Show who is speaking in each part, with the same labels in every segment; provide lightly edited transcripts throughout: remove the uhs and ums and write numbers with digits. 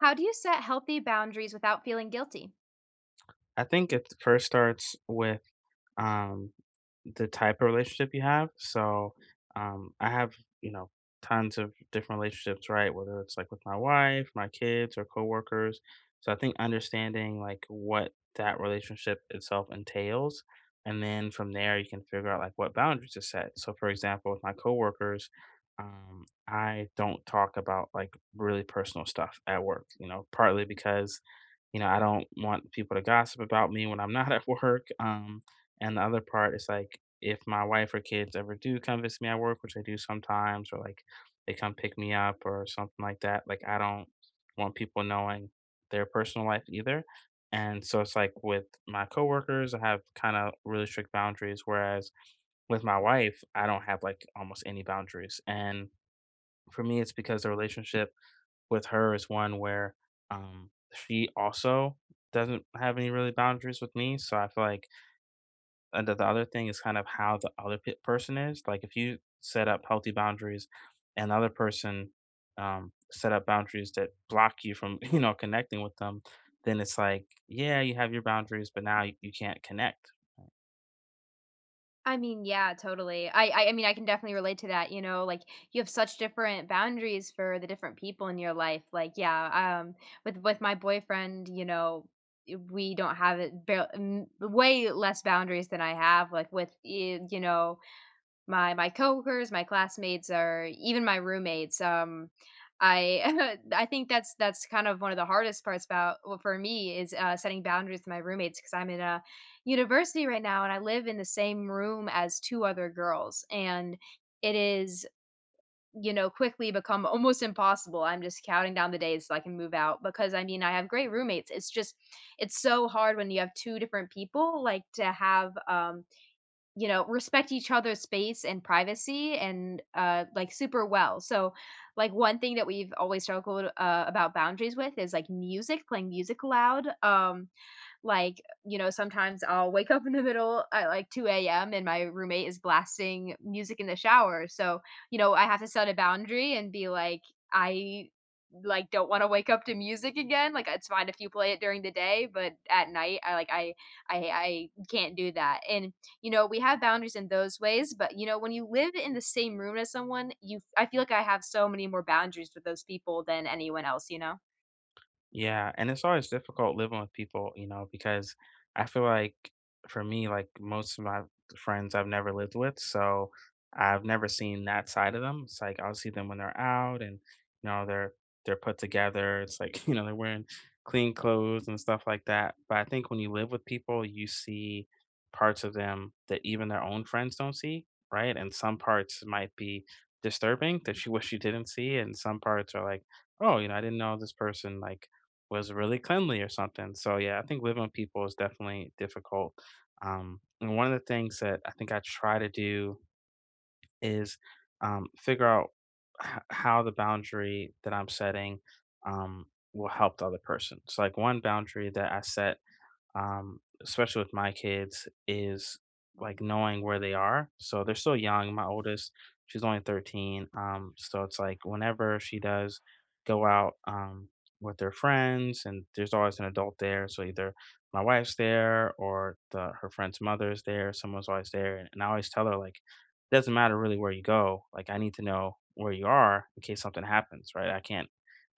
Speaker 1: How do you set healthy boundaries without feeling guilty?
Speaker 2: I think it first starts with um, the type of relationship you have. So I have, you know, tons of different relationships, right? Whether it's like with my wife, my kids, or coworkers. So I think understanding like what that relationship itself entails, and then from there you can figure out like what boundaries to set. So for example, with my coworkers. I don't talk about like really personal stuff at work, you know, partly because I don't want people to gossip about me when I'm not at work. And the other part is like if my wife or kids ever do come visit me at work, which they do sometimes, or like they come pick me up or something like that, like I don't want people knowing their personal life either. And so it's like with my coworkers, I have kind of really strict boundaries, whereas with my wife, I don't have like almost any boundaries. And for me, it's because the relationship with her is one where she also doesn't have any really boundaries with me. So I feel like and the other thing is kind of how the other person is. Like if you set up healthy boundaries, and the other person set up boundaries that block you from you know connecting with them, then it's like yeah, you have your boundaries, but now you can't connect.
Speaker 1: Yeah, totally. I mean, I can definitely relate to that. You have such different boundaries for the different people in your life. Like, yeah, with my boyfriend, we don't have it way less boundaries than I have like with my coworkers, my classmates, or even my roommates. I I think that's kind of one of the hardest parts about, well, for me is, setting boundaries with my roommates because 'cause I'm in a university right now, and I live in the same room as 2 other girls, and it is, you know, quickly become almost impossible. I'm just counting down the days so I can move out because I have great roommates. It's just it's so hard when you have 2 different people, like, to have, respect each other's space and privacy and, like, super well. So, like, one thing that we've always struggled, about boundaries with is, like, music, playing music loud, like, you know, sometimes I'll wake up in the middle at like 2 AM and my roommate is blasting music in the shower. So, you know, I have to set a boundary and be like, I like don't want to wake up to music again. Like it's fine if you play it during the day, but at night I like I can't do that. And you know, we have boundaries in those ways, but you know, when you live in the same room as someone, you I feel like I have so many more boundaries with those people than anyone else, you know?
Speaker 2: Yeah, and it's always difficult living with people, you know, because I feel like for me, like most of my friends I've never lived with, so I've never seen that side of them. It's like I'll see them when they're out and you know they're put together. It's like, you know, they're wearing clean clothes and stuff like that. But I think when you live with people, you see parts of them that even their own friends don't see, right? And some parts might be disturbing that you wish you didn't see, and some parts are like oh, you know, I didn't know this person like was really cleanly or something. So yeah, I think living with people is definitely difficult. And one of the things that I think I try to do is figure out how the boundary that I'm setting um, will help the other person. So like one boundary that I set especially with my kids, is like knowing where they are. So they're still young. My oldest, she's only 13. So it's like whenever she does go out with their friends, and there's always an adult there. So either my wife's there or her friend's mother is there. Someone's always there. And I always tell her, like, it doesn't matter really where you go. Like, I need to know where you are in case something happens, right? I can't.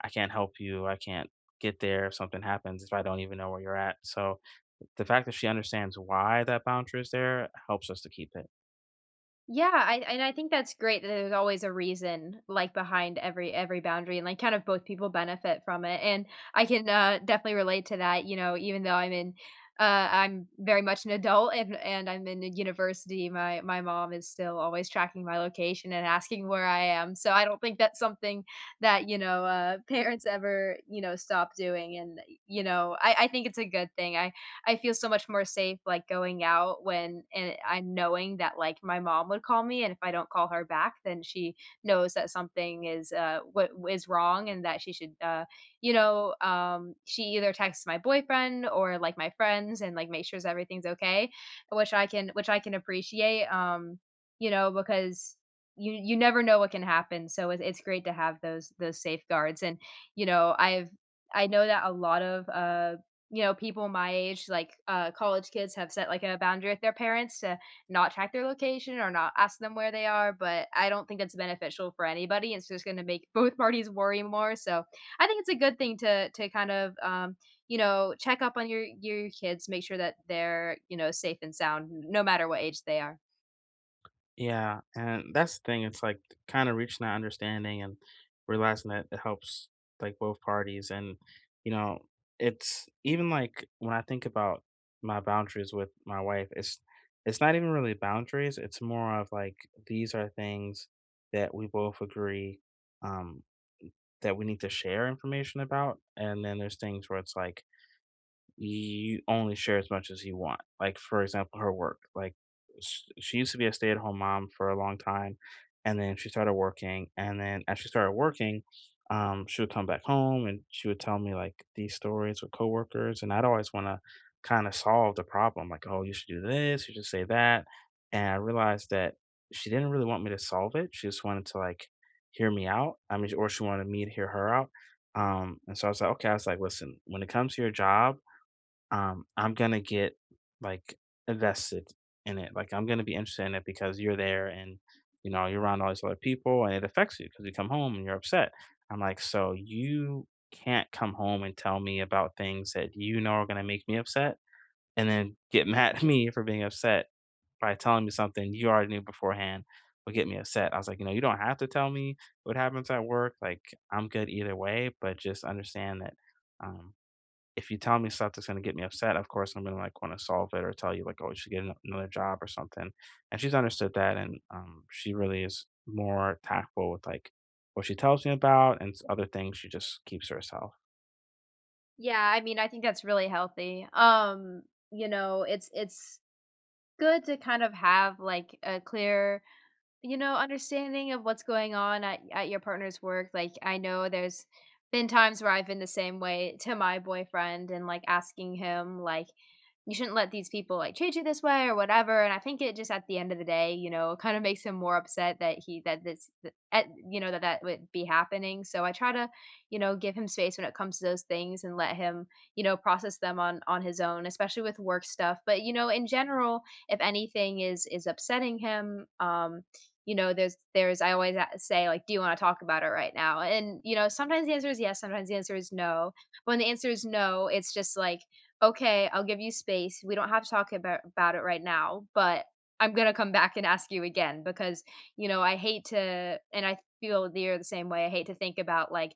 Speaker 2: I can't help you. I can't get there if something happens if I don't even know where you're at. So the fact that she understands why that boundary is there helps us to keep it.
Speaker 1: Yeah, I and I think that's great that there's always a reason like behind every boundary and like kind of both people benefit from it. And I can definitely relate to that, you know, even though I'm in I'm very much an adult and I'm in a university, my mom is still always tracking my location and asking where I am. So I don't think that's something that, you know, parents ever, you know, stop doing. And you know, I think it's a good thing. I feel so much more safe, like, going out when and I knowing that, like, my mom would call me, and if I don't call her back, then she knows that something is, what is wrong and that she should, she either texts my boyfriend or, like, my friends and, like, make sure everything's okay, which I can appreciate, you know, because you never know what can happen, so it's great to have those safeguards, and, you know, I've I know that a lot of, you know, people my age, like, college kids have set, like, a boundary with their parents to not track their location or not ask them where they are, but I don't think that's beneficial for anybody. It's just gonna make both parties worry more. So, I think it's a good thing to kind of, you know, check up on your kids, make sure that they're, you know, safe and sound no matter what age they are.
Speaker 2: Yeah, and that's the thing, it's, like, kind of reaching that understanding and realizing that it helps, like, both parties, and, you know, it's even, like, when I think about my boundaries with my wife, it's not even really boundaries, it's more of, like, these are things that we both agree, um, that we need to share information about, and then there's things where it's, like, you only share as much as you want. Like, for example, her work. Like, she used to be a stay at home mom for a long time, and then she started working. And then as she started working, she would come back home and she would tell me like these stories with coworkers, and I'd always want to kind of solve the problem. Like, oh, you should do this, you should say that. And I realized that she didn't really want me to solve it. She just wanted to like hear me out. I mean, or she wanted me to hear her out. And so I was like, okay, I was like, listen, when it comes to your job I'm gonna get like invested in it. Like I'm gonna be interested in it because you're there and you know you're around all these other people and it affects you because you come home and you're upset. I'm like, so you can't come home and tell me about things that you know are gonna make me upset and then get mad at me for being upset by telling me something you already knew beforehand would get me upset. I was like, you know, you don't have to tell me what happens at work. Like I'm good either way, but just understand that um if you tell me stuff that's gonna get me upset, of course, I'm gonna, like, wanna solve it or tell you, like, "Oh, you should get another job or something," and she's understood that, and, she really is more tactful with, like, what she tells me about and s other things she just keeps to herself.
Speaker 1: Yeah, I mean, I think that's really healthy, you know, it's good to kind of have, like, a clear You know, understanding of what's going on at your partner's work. Like, I know there's been times where I've been the same way to my boyfriend and, like, asking him, like, you shouldn't let these people like treat you this way or whatever. And I think it just at the end of the day, you know, it kind of makes him more upset that he that this that, at, you know, that that would be happening. So I try to, you know, give him space when it comes to those things and let him, you know, process them on his own, especially with work stuff. But you know, in general, if anything is upsetting him, you know, there's I always say like, do you want to talk about it right now? And you know, sometimes the answer is yes, sometimes the answer is no. But when the answer is no, it's just like, "Okay, I'll give you space. We don't have to talk about it right now, but I'm gonna come back and ask you again because, you know, I hate to," and I feel that you're the same way, "I hate to think about, like,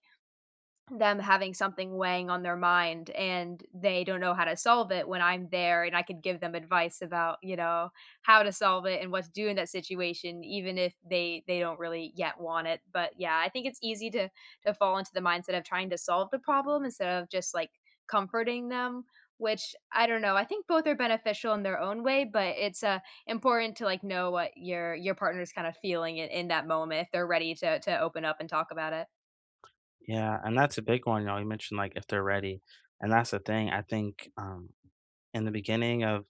Speaker 1: them having something weighing on their mind and they don't know how to solve it when I'm there and I could give them advice about, you know, how to solve it and what to do in that situation even if they they don't really yet want it." But yeah, I think it's easy to fall into the mindset of trying to solve the problem instead of just like comforting them, which I don't know. I think both are beneficial in their own way, but it's important to like know what your partner's kind of feeling in that moment if they're ready to open up and talk about it.
Speaker 2: Yeah, and that's a big one, you know, you mentioned, like, if they're ready, and that's the thing, I think, in the beginning of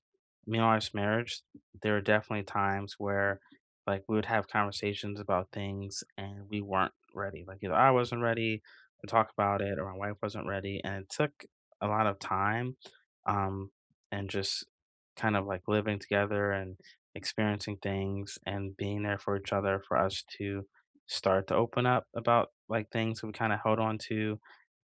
Speaker 2: me and my wife's marriage, there were definitely times where like we would have conversations about things and we weren't ready. Like either I wasn't ready to talk about it or my wife wasn't ready. And it took a lot of time um, and just kind of like living together and experiencing things and being there for each other for us to start to open up about like things that we kind of held on to.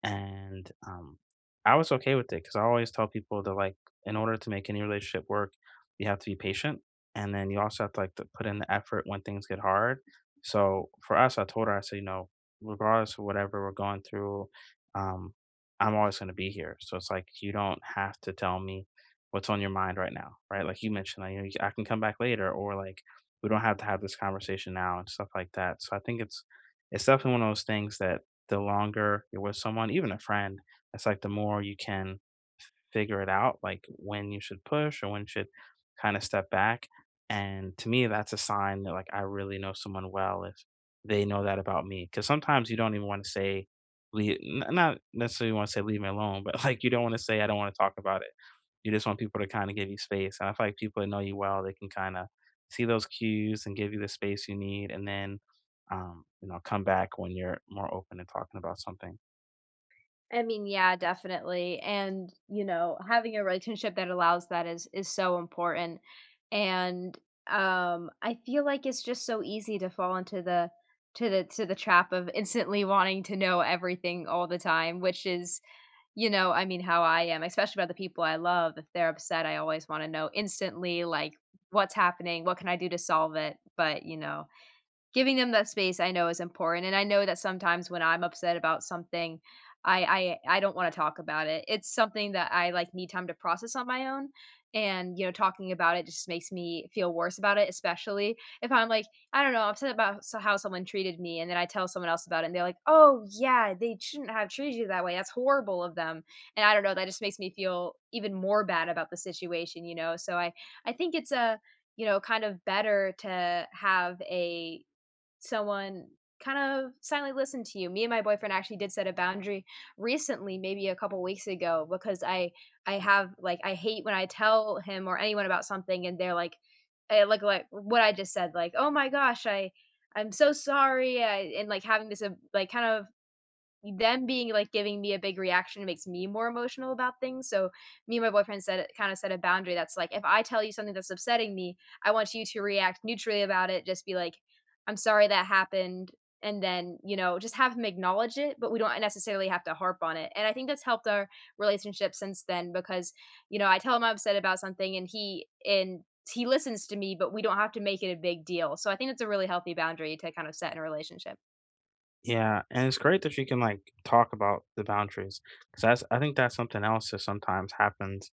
Speaker 2: And I was okay with it because I always tell people to like, in order to make any relationship work, you have to be patient, and then you also have to like to put in the effort when things get hard. So for us, I told her, I said, you know, regardless of whatever we're going through, um, I'm always going to be here. So it's like you don't have to tell me what's on your mind right now, right? Like you mentioned, like, you know, I can come back later, or like we don't have to have this conversation now and stuff like that. So I think it's definitely one of those things that the longer you're with someone, even a friend, it's like the more you can figure it out, like when you should push or when you should kind of step back. And to me, that's a sign that like I really know someone well if they know that about me. Because sometimes you don't even want to say, leave, not necessarily want to say leave me alone, but like you don't want to say I don't want to talk about it. You just want people to kind of give you space. And I feel like people that know you well, they can kind of see those cues and give you the space you need, and then you know come back when you're more open and talking about something.
Speaker 1: I mean, yeah, definitely. And, you know, having a relationship that allows that is so important. And I feel like it's just so easy to fall into the to the trap of instantly wanting to know everything all the time, which is, you know, I mean how I am, especially about the people I love. If they're upset, I always want to know instantly like what's happening, what can I do to solve it? But, you know, giving them that space I know is important, and I know that sometimes when I'm upset about something, I don't wanna talk about it. It's something that I, like, need time to process on my own, and, you know, talking about it just makes me feel worse about it, especially if I'm, like, I don't know, I'm upset about how someone treated me, and then I tell someone else about it, and they're like, "Oh, yeah, they shouldn't have treated you that way, that's horrible of them," and I don't know, that just makes me feel even more bad about the situation, you know? So I think it's, a you know, kind of better to have a someone kind of silently listen to you. Me and my boyfriend actually did set a boundary recently, maybe a couple weeks ago, because I have like I hate when I tell him or anyone about something and they're like eh, like what I just said, like, "Oh my gosh, I'm so sorry," and like having this like kind of them being, like, giving me a big reaction makes me more emotional about things, so me and my boyfriend set kinda set a boundary that's like, "If I tell you something that's upsetting me, I want you to react neutrally about it, just be like, 'I'm sorry that happened,'" and then, you know, just have him acknowledge it, but we don't necessarily have to harp on it. And I think that's helped our relationship since then because, you know, I tell him I'm upset about something and he listens to me, but we don't have to make it a big deal. So I think it's a really healthy boundary to kind of set in a relationship.
Speaker 2: Yeah, and it's great that you can, like, talk about the boundaries because that's I think that's something else that sometimes happens,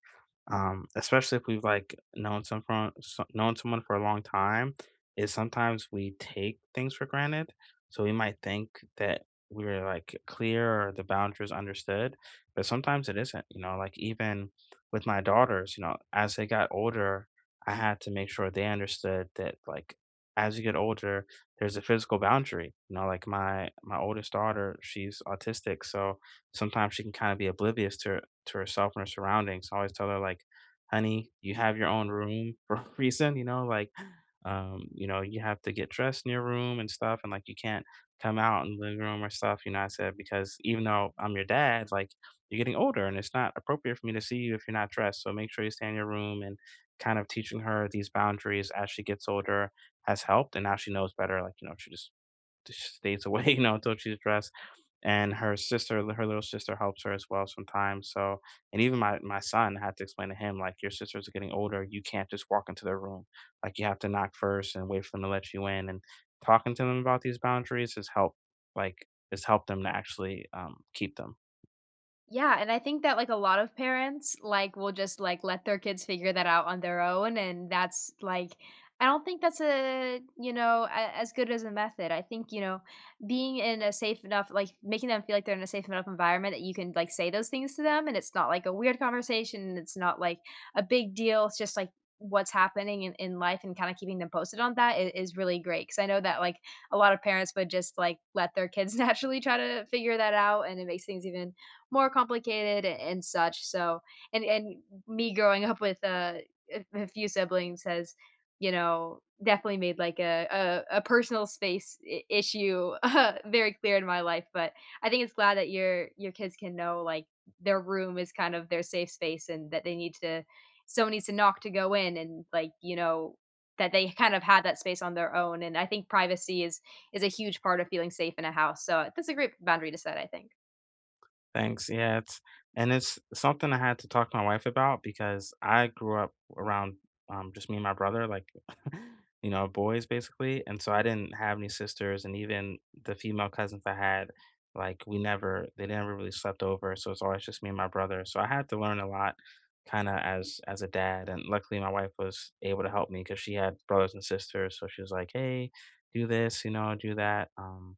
Speaker 2: especially if we've, like, known someone for a long time, is sometimes we take things for granted. So we might think that we're, like, clear or the boundaries understood, but sometimes it isn't, you know? Like, even with my daughters, you know, as they got older, I had to make sure they understood that, like, as you get older there's a physical boundary. You know, like my oldest daughter, she's autistic, so sometimes she can kind of be oblivious to to herself and her surroundings. I always tell her like, "Honey, you have your own room for a reason." You know, like, you know, you have to get dressed in your room and stuff, and like you can't come out in the living room or stuff. You know, I said because even though I'm your dad, like you're getting older, and it's not appropriate for me to see you if you're not dressed. So make sure you stay in your room and kind of teaching her these boundaries as she gets older has helped, and now she knows better. Like, you know, just stays away, you know, until she's dressed. And her little sister, helps her as well sometimes. So, and even my son I had to explain to him like, your sisters are getting older. You can't just walk into their room. Like, you have to knock first and wait for them to let you in. And talking to them about these boundaries has helped. Like, has helped them to actually keep them.
Speaker 1: Yeah, and I think that, like, a lot of parents, like, will just, like, let their kids figure that out on their own, and that's, like, I don't think that's a you know, a as good as a method. I think, you know, being in a safe enough like, making them feel like they're in a safe enough environment that you can, like, say those things to them, and it's not, like, a weird conversation, and it's not, like, a big deal, it's just, like, what's happening in life and kinda keeping them posted on that is really great, 'cause I know that, like, a lot of parents would just, like, let their kids naturally try to figure that out, and it makes things even more complicated and such. So, and me growing up with a few siblings has, you know, definitely made like a personal space issue very clear in my life. But I think it's glad that your kids can know like their room is kind of their safe space and that they need to someone needs to knock to go in, and like you know that they kind of had that space on their own. And I think privacy is a huge part of feeling safe in a house, so that's a great boundary to set, I think.
Speaker 2: Thanks. Yeah, it's and it's something I had to talk to my wife about because I grew up around just me and my brother, like you know, boys basically, and so I didn't have any sisters, and even the female cousins I had, like we never, they never really slept over, so it's always just me and my brother. So I had to learn a lot, kind of as a dad, and luckily my wife was able to help me because she had brothers and sisters, so she was like, "Hey, do this, you know, do that."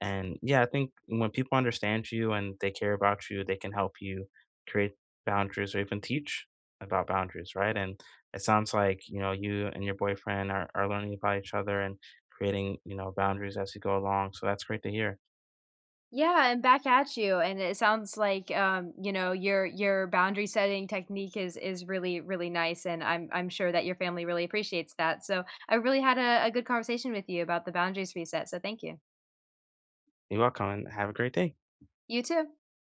Speaker 2: and yeah, I think when people understand you and they care about you, they can help you create boundaries or even teach about boundaries, right? And it sounds like, you know, you and your boyfriend are learning about each other and creating, you know, boundaries as you go along. So that's great to hear.
Speaker 1: Yeah, and back at you. And it sounds like you know, your boundary setting technique is really, really nice. And I'm sure that your family really appreciates that. So I really had a good conversation with you about the boundaries reset. So thank you.
Speaker 2: You're welcome and have a great day.
Speaker 1: You too.